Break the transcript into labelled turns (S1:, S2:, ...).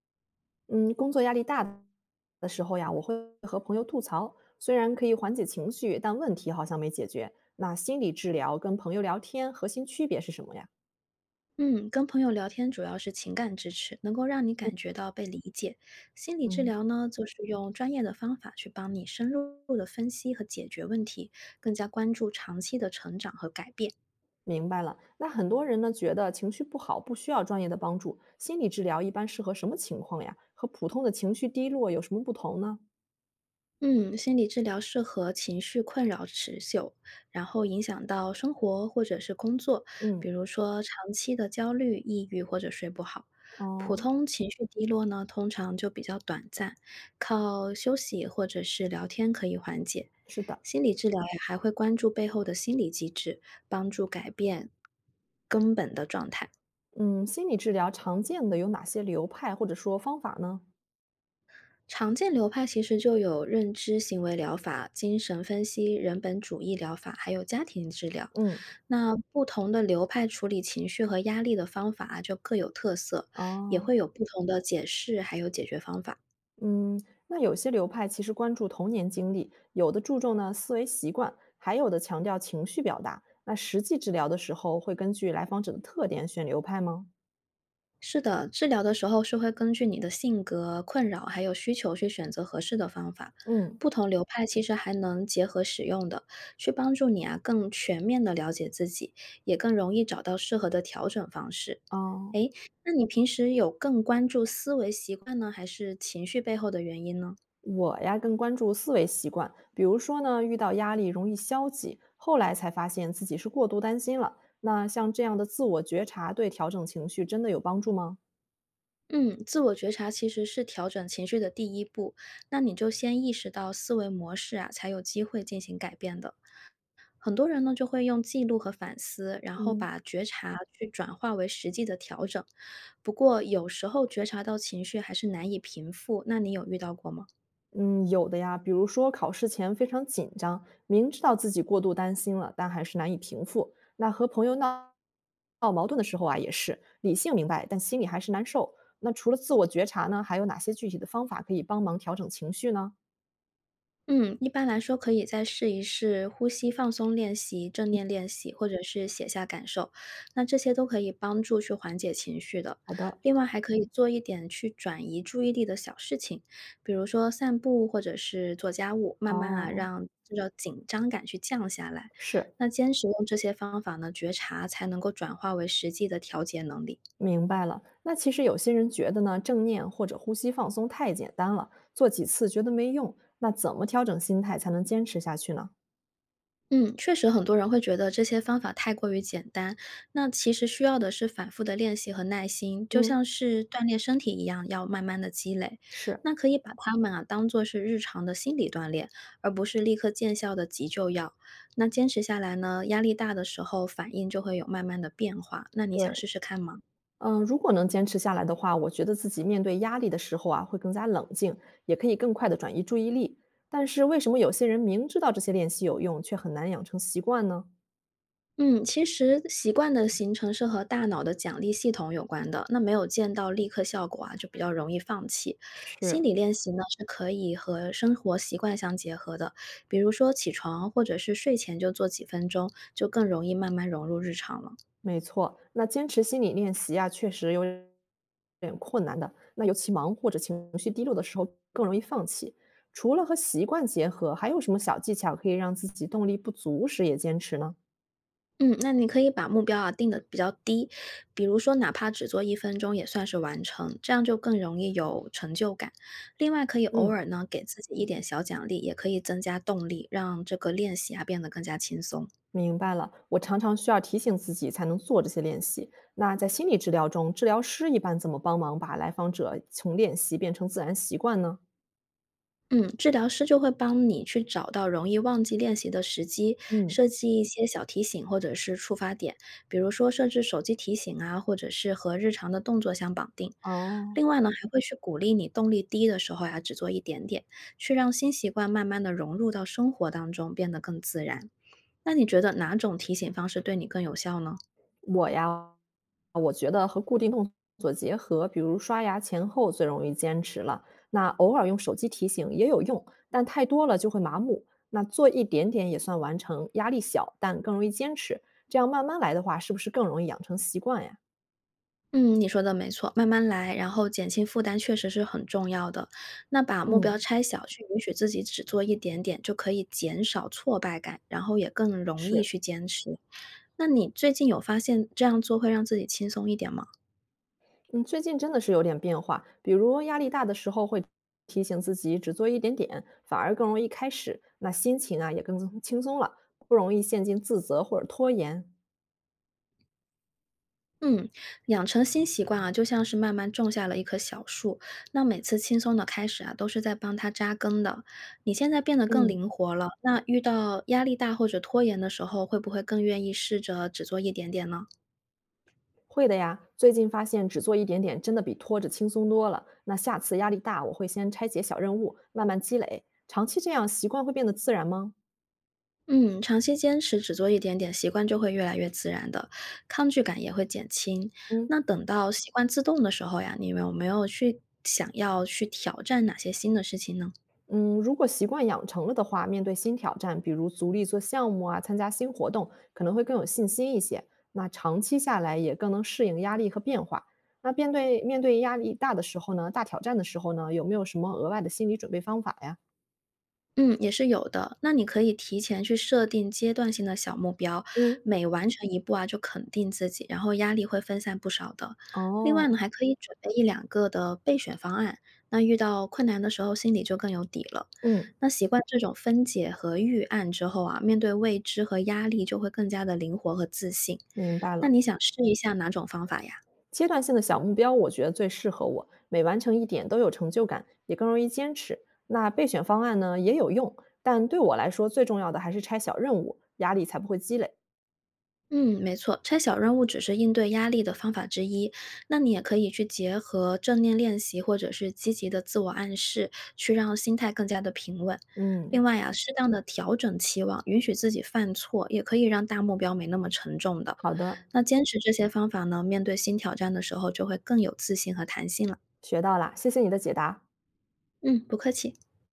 S1: 嗯，工作压力大的时候呀，我会和朋友吐槽，虽然可以缓解情绪，但问题好像没解决。那心理治疗跟朋友聊天核心区别是什么呀？
S2: 嗯，跟朋友聊天主要是情感支持，能够让你感觉到被理解。心理治
S1: 嗯，
S2: 疗呢，就是用专业的方法去帮你深入的分析和解决问题，更加关注长期的成长和改变。
S1: 明白了。那很多人呢觉得情绪不好不需要专业的帮助，心理治疗一般适合什么情况呀？和普通的情绪低落有什么不同呢？
S2: 嗯，心理治疗适合情绪困扰持久，然后影响到生活或者是工作，比
S1: 嗯。
S2: 如说长期的焦虑、抑郁或者睡不好。普
S1: 哦。
S2: 通情绪低落呢，通常就比较短暂，靠休息或者是聊天可以缓解。
S1: 是的。
S2: 心理治疗呀，还会关注背后的心理机制，帮助改变根本的状态。
S1: 嗯，心理治疗常见的有哪些流派或者说方法呢？
S2: 常见流派其实就有认知行为疗法、精神分析、人本主义疗法，还有家庭治疗。
S1: 嗯。
S2: 那不同的流派处理情绪和压力的方法啊就各有特色，也
S1: 哦。
S2: 会有不同的解释，还有解决方法。
S1: 嗯，那有些流派其实关注童年经历，有的注重呢思维习惯，还有的强调情绪表达。那实际治疗的时候，会根据来访者的特点选流派吗？
S2: 是的，治疗的时候是会根据你的性格、困扰还有需求去选择合适的方法。
S1: 嗯。
S2: 不同流派其实还能结合使用的，去帮助你啊更全面的了解自己，也更容易找到适合的调整方式。
S1: 哦，
S2: 诶，那你平时有更关注思维习惯呢，还是情绪背后的原因呢？
S1: 我呀更关注思维习惯，比如说呢，遇到压力容易消极，后来才发现自己是过度担心了。那像这样的自我觉察，对调整情绪真的有帮助吗？
S2: 嗯，自我觉察其实是调整情绪的第一步。那你就先意识到思维模式啊，才有机会进行改变的。很多人呢就会用记录和反思，然后
S1: 嗯。
S2: 把觉察去转化为实际的调整。不过有时候觉察到情绪还是难以平复，那你有遇到过吗？
S1: 嗯，有的呀，比如说考试前非常紧张，明知道自己过度担心了，但还是难以平复。那和朋友闹矛盾的时候啊，也是理性明白，但心里还是难受。那除了自我觉察呢，还有哪些具体的方法可以帮忙调整情绪呢？
S2: 嗯，一般来说可以再试一试呼吸放松练习、正念练习，或者是写下感受，那这些都可以帮助去缓解情绪的。
S1: 好的。
S2: 另外还可以做一点去转移注意力的小事情，比如说散步或者是做家务，慢慢啊
S1: 哦。
S2: 让这种紧张感去降下来。
S1: 是
S2: 那坚持用这些方法呢，觉察才能够转化为实际的调节能力。
S1: 明白了。那其实有些人觉得呢，正念或者呼吸放松太简单了，做几次觉得没用。那怎么调整心态才能坚持下去呢？
S2: 嗯，确实很多人会觉得这些方法太过于简单，那其实需要的是反复的练习和耐心，就
S1: 嗯。
S2: 像是锻炼身体一样，要慢慢的积累。
S1: 是
S2: 那可以把它们啊当做是日常的心理锻炼，而不是立刻见效的急救药。那坚持下来呢，压力大的时候反应就会有慢慢的变化。那你想试
S1: 对。
S2: 试看吗？
S1: 嗯，如果能坚持下来的话，我觉得自己面对压力的时候啊，会更加冷静，也可以更快的转移注意力。但是为什么有些人明知道这些练习有用，却很难养成习惯呢？
S2: 嗯，其实习惯的形成是和大脑的奖励系统有关的，那没有见到立刻效果啊，就比较容易放弃。心
S1: 是，
S2: 理练习呢是可以和生活习惯相结合的，比如说起床或者是睡前就做几分钟，就更容易慢慢融入日常了。
S1: 没错。那坚持心理练习啊，确实有点困难的。那尤其忙或者情绪低落的时候，更容易放弃。除了和习惯结合，还有什么小技巧可以让自己动力不足时也坚持呢？
S2: 嗯，那你可以把目标啊定的比较低，比如说哪怕只做1分钟也算是完成，这样就更容易有成就感。另外，可以偶
S1: 嗯。
S2: 尔呢给自己一点小奖励，也可以增加动力，让这个练习啊变得更加轻松。
S1: 明白了，我常常需要提醒自己才能做这些练习。那在心理治疗中，治疗师一般怎么帮忙把来访者从练习变成自然习惯呢？
S2: 嗯，治疗师就会帮你去找到容易忘记练习的时机，
S1: 嗯。
S2: 设计一些小提醒或者是触发点，比如说设置手机提醒啊，或者是和日常的动作相绑定。另
S1: 哦，
S2: 外呢，还会去鼓励你动力低的时候呀、只做一点点，去让新习惯慢慢的融入到生活当中，变得更自然。那你觉得哪种提醒方式对你更有效呢？
S1: 我呀，我觉得和固定动作结合，比如刷牙前后最容易坚持了。那偶尔用手机提醒也有用，但太多了就会麻木。那做一点点也算完成，压力小，但更容易坚持。这样慢慢来的话，是不是更容易养成习惯呀？
S2: 嗯，你说的没错，慢慢来，然后减轻负担确实是很重要的。那把目标
S1: 嗯，
S2: 拆小，去允许自己只做一点点，就可以减少挫败感，然后也更容易
S1: 是。
S2: 去坚持。那你最近有发现这样做会让自己轻松一点吗？
S1: 嗯，最近真的是有点变化，比如压力大的时候会提醒自己只做一点点，反而更容易开始，那心情啊也更松轻松了，不容易陷进自责或者拖延。
S2: 嗯，养成新习惯啊，就像是慢慢种下了一棵小树，那每次轻松的开始啊，都是在帮它扎根的。你现在变得更
S1: 嗯，
S2: 灵活了，那遇到压力大或者拖延的时候，会不会更愿意试着只做一点点呢？
S1: 会的呀。最近发现只做一点点真的比拖着轻松多了。那下次压力大，我会先拆解小任务，慢慢积累。长期这样习惯会变得自然吗？
S2: 嗯，长期坚持只做一点点，习惯就会越来越自然的，抗拒感也会减轻。
S1: 嗯。
S2: 那等到习惯自动的时候呀，你有没有去想要去挑战哪些新的事情呢？
S1: 嗯，如果习惯养成了的话，面对新挑战，比如组里做项目啊，参加新活动，可能会更有信心一些。那长期下来也更能适应压力和变化。那面对压力大的时候呢，大挑战的时候呢，有没有什么额外的心理准备方法呀？
S2: 嗯，也是有的。那你可以提前去设定阶段性的小目标，
S1: 嗯。
S2: 每完成一步啊，就肯定自己，然后压力会分散不少的。另外
S1: 哦。
S2: 呢，还可以准备一两个的备选方案，那遇到困难的时候，心里就更有底了。
S1: 嗯，
S2: 那习惯这种分解和预案之后啊，面对未知和压力就会更加的灵活和自信。
S1: 明白
S2: 那
S1: 了。
S2: 你想试一下哪种方法呀？
S1: 阶段性的小目标，我觉得最适合我，每完成一点都有成就感，也更容易坚持。那备选方案呢也有用，但对我来说最重要的还是拆小任务，压力才不会积累。
S2: 嗯，没错，拆小任务只是应对压力的方法之一。那你也可以去结合正念练习，或者是积极的自我暗示，去让心态更加的平稳。
S1: 嗯，
S2: 另外呀、适当的调整期望，允许自己犯错，也可以让大目标没那么沉重的。
S1: 好的，
S2: 那坚持这些方法呢，面对新挑战的时候就会更有自信和弹性了。
S1: 学到啦，谢谢你的解答。
S2: 嗯，不客气。